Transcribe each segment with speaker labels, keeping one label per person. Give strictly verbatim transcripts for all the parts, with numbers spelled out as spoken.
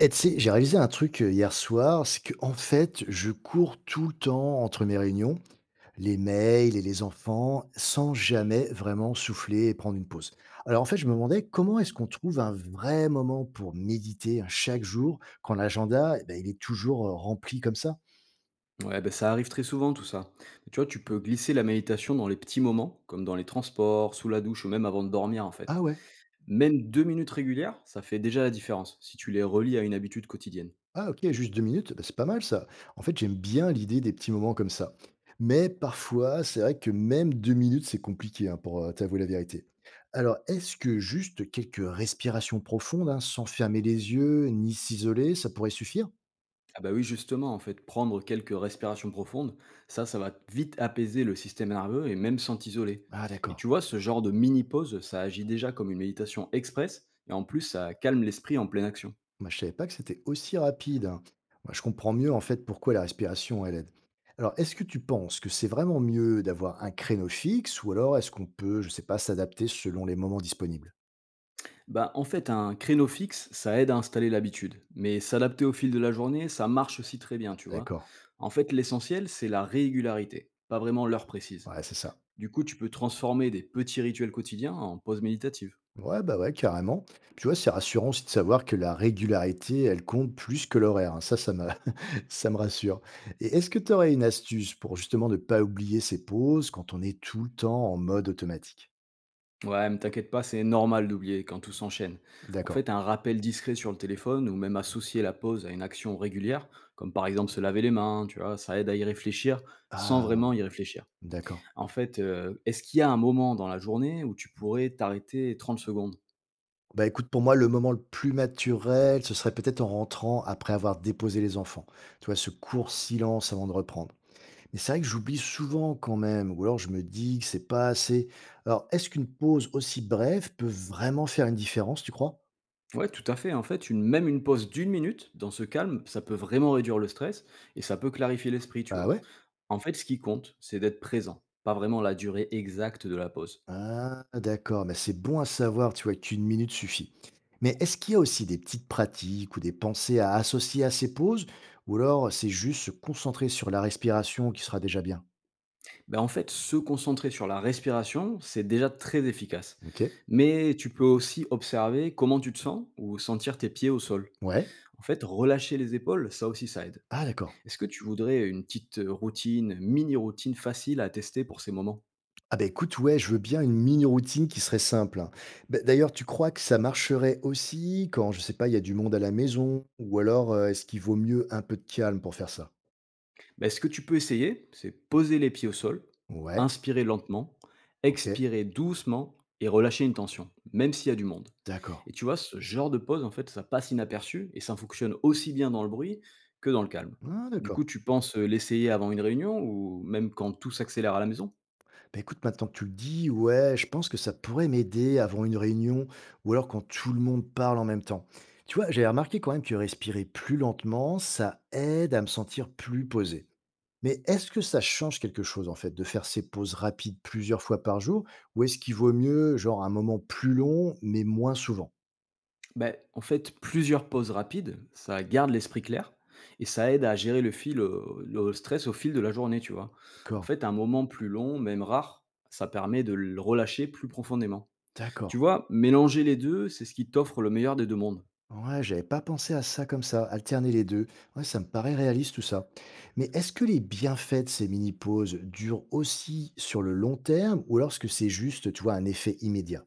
Speaker 1: Et tu sais, j'ai réalisé un truc euh, hier soir, c'est que en fait, je cours tout le temps entre mes réunions, les mails et les enfants, sans jamais vraiment souffler et prendre une pause. Alors en fait, je me demandais comment est-ce qu'on trouve un vrai moment pour méditer hein, chaque jour quand l'agenda, eh ben, il est toujours euh, rempli comme ça.
Speaker 2: Ouais, ben ça arrive très souvent tout ça. Mais tu vois, tu peux glisser la méditation dans les petits moments, comme dans les transports, sous la douche ou même avant de dormir en
Speaker 1: Ah
Speaker 2: fait.
Speaker 1: ouais.
Speaker 2: Même deux minutes régulières, ça fait déjà la différence si tu les relis à une habitude quotidienne.
Speaker 1: Ah ok, juste deux minutes, bah, c'est pas mal ça. En fait, j'aime bien l'idée des petits moments comme ça. Mais parfois, c'est vrai que même deux minutes, c'est compliqué hein, pour euh, t'avouer la vérité. Alors, est-ce que juste quelques respirations profondes, hein, sans fermer les yeux, ni s'isoler, ça pourrait suffire?
Speaker 2: Ah bah oui, justement, en fait, prendre quelques respirations profondes, ça, ça va vite apaiser le système nerveux et même sans t'isoler.
Speaker 1: Ah
Speaker 2: Et
Speaker 1: d'accord.
Speaker 2: tu vois, ce genre de mini-pause, ça agit déjà comme une méditation express et en plus, ça calme l'esprit en pleine action.
Speaker 1: Moi, je savais pas que c'était aussi rapide, hein. Moi, je comprends mieux en fait pourquoi la respiration, elle aide. Alors, est-ce que tu penses que c'est vraiment mieux d'avoir un créneau fixe ou alors est-ce qu'on peut, je sais pas, s'adapter selon les moments disponibles?
Speaker 2: Bah, en fait, un créneau fixe, ça aide à installer l'habitude. Mais s'adapter au fil de la journée, ça marche aussi très bien,
Speaker 1: Ah,
Speaker 2: tu vois.
Speaker 1: d'accord,
Speaker 2: En fait, l'essentiel, c'est la régularité, pas vraiment l'heure précise.
Speaker 1: ouais, c'est ça.
Speaker 2: Du coup, tu peux transformer des petits rituels quotidiens en pause méditative.
Speaker 1: Ouais, bah ouais, carrément. Puis tu vois, c'est rassurant aussi de savoir que la régularité, elle compte plus que l'horaire, hein. Ça, ça me, ça me rassure. Et est-ce que tu aurais une astuce pour justement ne pas oublier ses pauses quand on est tout le temps en mode automatique?
Speaker 2: Ouais, mais t'inquiète pas, c'est normal d'oublier quand tout s'enchaîne. En
Speaker 1: D'accord.
Speaker 2: fait, un rappel discret sur le téléphone ou même associer la pause à une action régulière, comme par exemple se laver les mains, tu vois, ça aide à y réfléchir sans
Speaker 1: Ah,
Speaker 2: vraiment y réfléchir.
Speaker 1: d'accord.
Speaker 2: En fait, euh, est-ce qu'il y a un moment dans la journée où tu pourrais t'arrêter trente secondes?
Speaker 1: Bah écoute, pour moi, le moment le plus naturel, ce serait peut-être en rentrant après avoir déposé les enfants. Tu vois, ce court silence avant de reprendre. Et c'est vrai que j'oublie souvent quand même, ou alors je me dis que c'est pas assez. Alors, est-ce qu'une pause aussi brève peut vraiment faire une différence, tu crois?
Speaker 2: Ouais, tout à fait. En fait, une, même une pause d'une minute dans ce calme, ça peut vraiment réduire le stress et ça peut clarifier l'esprit, tu
Speaker 1: Ah
Speaker 2: vois.
Speaker 1: ouais.
Speaker 2: En fait, ce qui compte, c'est d'être présent, pas vraiment la durée exacte de la pause.
Speaker 1: Ah, d'accord, mais c'est bon à savoir, tu vois, qu'une minute suffit. Mais est-ce qu'il y a aussi des petites pratiques ou des pensées à associer à ces pauses, ou alors c'est juste se concentrer sur la respiration qui sera déjà bien?
Speaker 2: Ben, en fait, se concentrer sur la respiration, c'est déjà très efficace.
Speaker 1: Ok.
Speaker 2: Mais tu peux aussi observer comment tu te sens ou sentir tes pieds au sol.
Speaker 1: Ouais.
Speaker 2: En fait, relâcher les épaules, ça aussi, ça aide.
Speaker 1: Ah, d'accord.
Speaker 2: Est-ce que tu voudrais une petite routine, mini-routine facile à tester pour ces moments?
Speaker 1: Ah bah, écoute, ouais, je veux bien une mini routine qui serait simple, hein. Bah, d'ailleurs, tu crois que ça marcherait aussi quand, je sais pas, il y a du monde à la maison? Ou alors, heu, est-ce qu'il vaut mieux un peu de calme pour faire ça?
Speaker 2: Ben ce que tu peux essayer, c'est poser les pieds au sol,
Speaker 1: Ouais,
Speaker 2: inspirer lentement,
Speaker 1: OK,
Speaker 2: expirer doucement et relâcher une tension, même s'il y a du monde.
Speaker 1: d'accord.
Speaker 2: Et tu vois, ce genre de pause, en fait, ça passe inaperçu et ça fonctionne aussi bien dans le bruit que dans le calme.
Speaker 1: Ah
Speaker 2: Du
Speaker 1: d'accord.
Speaker 2: coup, tu penses euh, l'essayer avant une réunion ou même quand tout s'accélère à la maison?
Speaker 1: Bah, écoute, maintenant que tu le dis, ouais, je pense que ça pourrait m'aider avant une réunion ou alors quand tout le monde parle en même temps. Tu vois, j'ai remarqué quand même que respirer plus lentement, ça aide à me sentir plus posé. Mais est-ce que ça change quelque chose, en fait, de faire ces pauses rapides plusieurs fois par jour? Ou est-ce qu'il vaut mieux, genre, un moment plus long, mais moins souvent?
Speaker 2: Ben en fait, plusieurs pauses rapides, ça garde l'esprit clair et ça aide à gérer le fil, heu, le stress au fil de la journée, tu vois? En
Speaker 1: D'accord,
Speaker 2: fait, un moment plus long, même rare, ça permet de le relâcher plus profondément.
Speaker 1: d'accord.
Speaker 2: Tu vois, mélanger les deux c'est ce qui t'offre le meilleur des deux mondes.
Speaker 1: Ouais, j'avais pas pensé à ça comme ça, alterner les deux. Ouais, ça me paraît réaliste tout ça. Mais est-ce que les bienfaits de ces mini-pauses durent aussi sur le long terme ou alors est-ce que c'est juste, tu vois, un effet immédiat?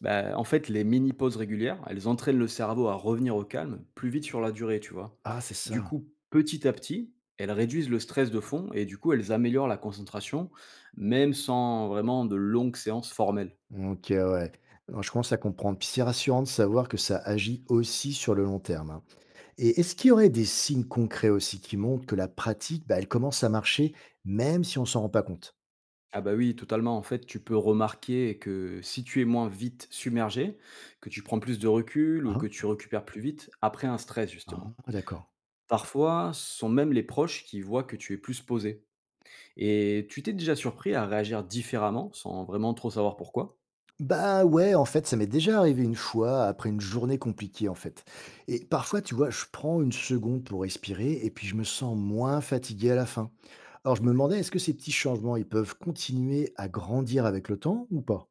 Speaker 2: Ben en fait, les mini pauses régulières, elles entraînent le cerveau à revenir au calme plus vite sur la durée, tu vois?
Speaker 1: Ah, c'est
Speaker 2: Du
Speaker 1: ça.
Speaker 2: coup, petit à petit, elles réduisent le stress de fond et du coup, elles améliorent la concentration, même sans vraiment de longues séances formelles.
Speaker 1: OK, ouais. Non, je commence à comprendre. Puis c'est rassurant de savoir que ça agit aussi sur le long terme, hein. Et est-ce qu'il y aurait des signes concrets aussi qui montrent que la pratique, bah, elle commence à marcher, même si on s'en rend pas compte?
Speaker 2: Ah bah oui, totalement. En fait, tu peux remarquer que si tu es moins vite submergé, que tu prends plus de recul ou que
Speaker 1: Hein?
Speaker 2: tu récupères plus vite après un stress,
Speaker 1: Ah,
Speaker 2: justement.
Speaker 1: d'accord.
Speaker 2: Parfois, ce sont même les proches qui voient que tu es plus posé. Et tu t'es déjà surpris à réagir différemment sans vraiment trop savoir pourquoi.
Speaker 1: Bah ouais, en fait, ça m'est déjà arrivé une fois après une journée compliquée, en fait. Et parfois, tu vois, je prends une seconde pour respirer et puis je me sens moins fatigué à la fin. Alors, je me demandais, est-ce que ces petits changements, ils peuvent continuer à grandir avec le temps ou pas?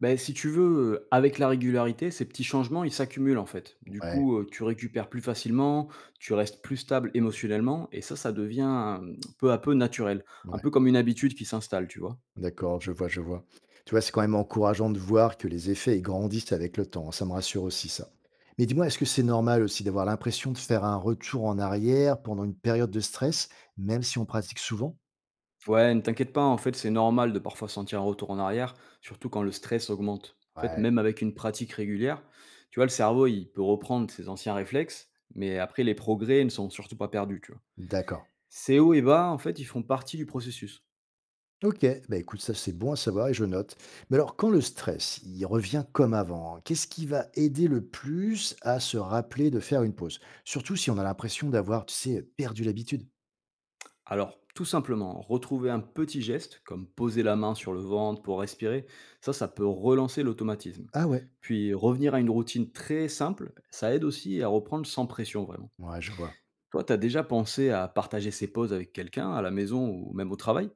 Speaker 2: Ben, si tu veux, euh, avec la régularité, ces petits changements, ils s'accumulent en fait. Du
Speaker 1: Ouais,
Speaker 2: coup, euh, tu récupères plus facilement, tu restes plus stable émotionnellement, et ça, ça devient euh, peu à peu naturel. Un
Speaker 1: ouais.
Speaker 2: peu comme une habitude qui s'installe, tu vois.
Speaker 1: D'accord, je vois, je vois. Tu vois, c'est quand même encourageant de voir que les effets ils grandissent avec le temps, hein. Ça me rassure aussi, ça. Mais dis-moi, est-ce que c'est normal aussi d'avoir l'impression de faire un retour en arrière pendant une période de stress, même si on pratique souvent?
Speaker 2: Ouais, ne t'inquiète pas, en fait, c'est normal de parfois sentir un retour en arrière, surtout quand le stress augmente. En fait,
Speaker 1: Ouais.
Speaker 2: même avec une pratique régulière, tu vois, le cerveau, il peut reprendre ses anciens réflexes, mais après, les progrès ne sont surtout pas perdus, tu vois.
Speaker 1: D'accord.
Speaker 2: Ces hauts et bas, en fait, ils font partie du processus.
Speaker 1: Ok, bah écoute, ça c'est bon à savoir et je note. Mais alors, quand le stress, il revient comme avant, hein, qu'est-ce qui va aider le plus à se rappeler de faire une pause? Surtout si on a l'impression d'avoir, tu sais, perdu l'habitude.
Speaker 2: Alors, tout simplement, retrouver un petit geste, comme poser la main sur le ventre pour respirer, ça, ça peut relancer l'automatisme.
Speaker 1: Ah ouais,
Speaker 2: Puis, revenir à une routine très simple, ça aide aussi à reprendre sans pression, vraiment.
Speaker 1: ouais, je vois.
Speaker 2: Toi, t'as déjà pensé à partager ces pauses avec quelqu'un, à la maison ou même au travail?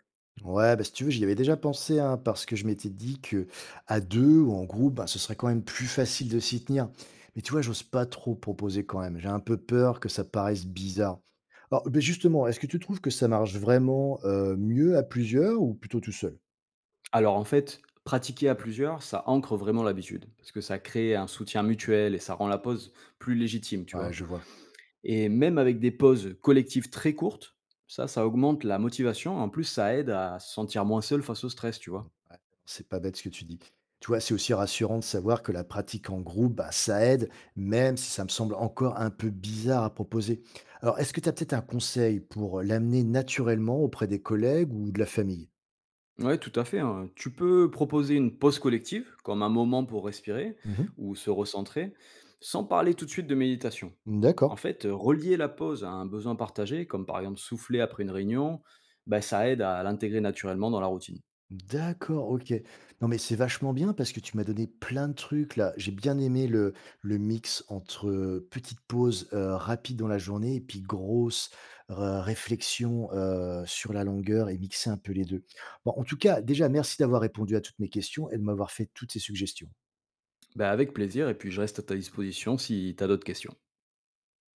Speaker 1: Ouais, bah, si tu veux, j'y avais déjà pensé, hein, parce que je m'étais dit que à deux ou en groupe, bah, ce serait quand même plus facile de s'y tenir. Mais tu vois, j'ose pas trop proposer quand même. J'ai un peu peur que ça paraisse bizarre. Alors, bah, justement, est-ce que tu trouves que ça marche vraiment euh, mieux à plusieurs ou plutôt tout seul?
Speaker 2: Alors en fait, pratiquer à plusieurs, ça ancre vraiment l'habitude, parce que ça crée un soutien mutuel et ça rend la pause plus légitime, tu
Speaker 1: Ouais,
Speaker 2: vois?
Speaker 1: je vois.
Speaker 2: Et même avec des pauses collectives très courtes, ça, ça augmente la motivation. En plus, ça aide à se sentir moins seul face au stress, tu vois?
Speaker 1: Ouais, c'est pas bête ce que tu dis. Tu vois, c'est aussi rassurant de savoir que la pratique en groupe, bah, ça aide, même si ça me semble encore un peu bizarre à proposer. Alors, est-ce que tu as peut-être un conseil pour l'amener naturellement auprès des collègues ou de la famille?
Speaker 2: Ouais, tout à fait, hein. Tu peux proposer une pause collective, comme un moment pour respirer
Speaker 1: Mhm.
Speaker 2: ou se recentrer, sans parler tout de suite de méditation. En
Speaker 1: D'accord.
Speaker 2: fait, euh, relier la pause à un besoin partagé, comme par exemple souffler après une réunion, bah, ça aide à l'intégrer naturellement dans la routine.
Speaker 1: D'accord, OK. Non, mais c'est vachement bien parce que tu m'as donné plein de trucs là. J'ai bien aimé le le mix entre, heu, petites pauses, heu, rapides dans la journée et puis grosses, heu, réflexions, heu, sur la longueur et mixer un peu les deux. Bon, en tout cas, déjà merci d'avoir répondu à toutes mes questions et de m'avoir fait toutes ces suggestions.
Speaker 2: Bah, avec plaisir, et puis je reste à ta disposition si tu as d'autres questions.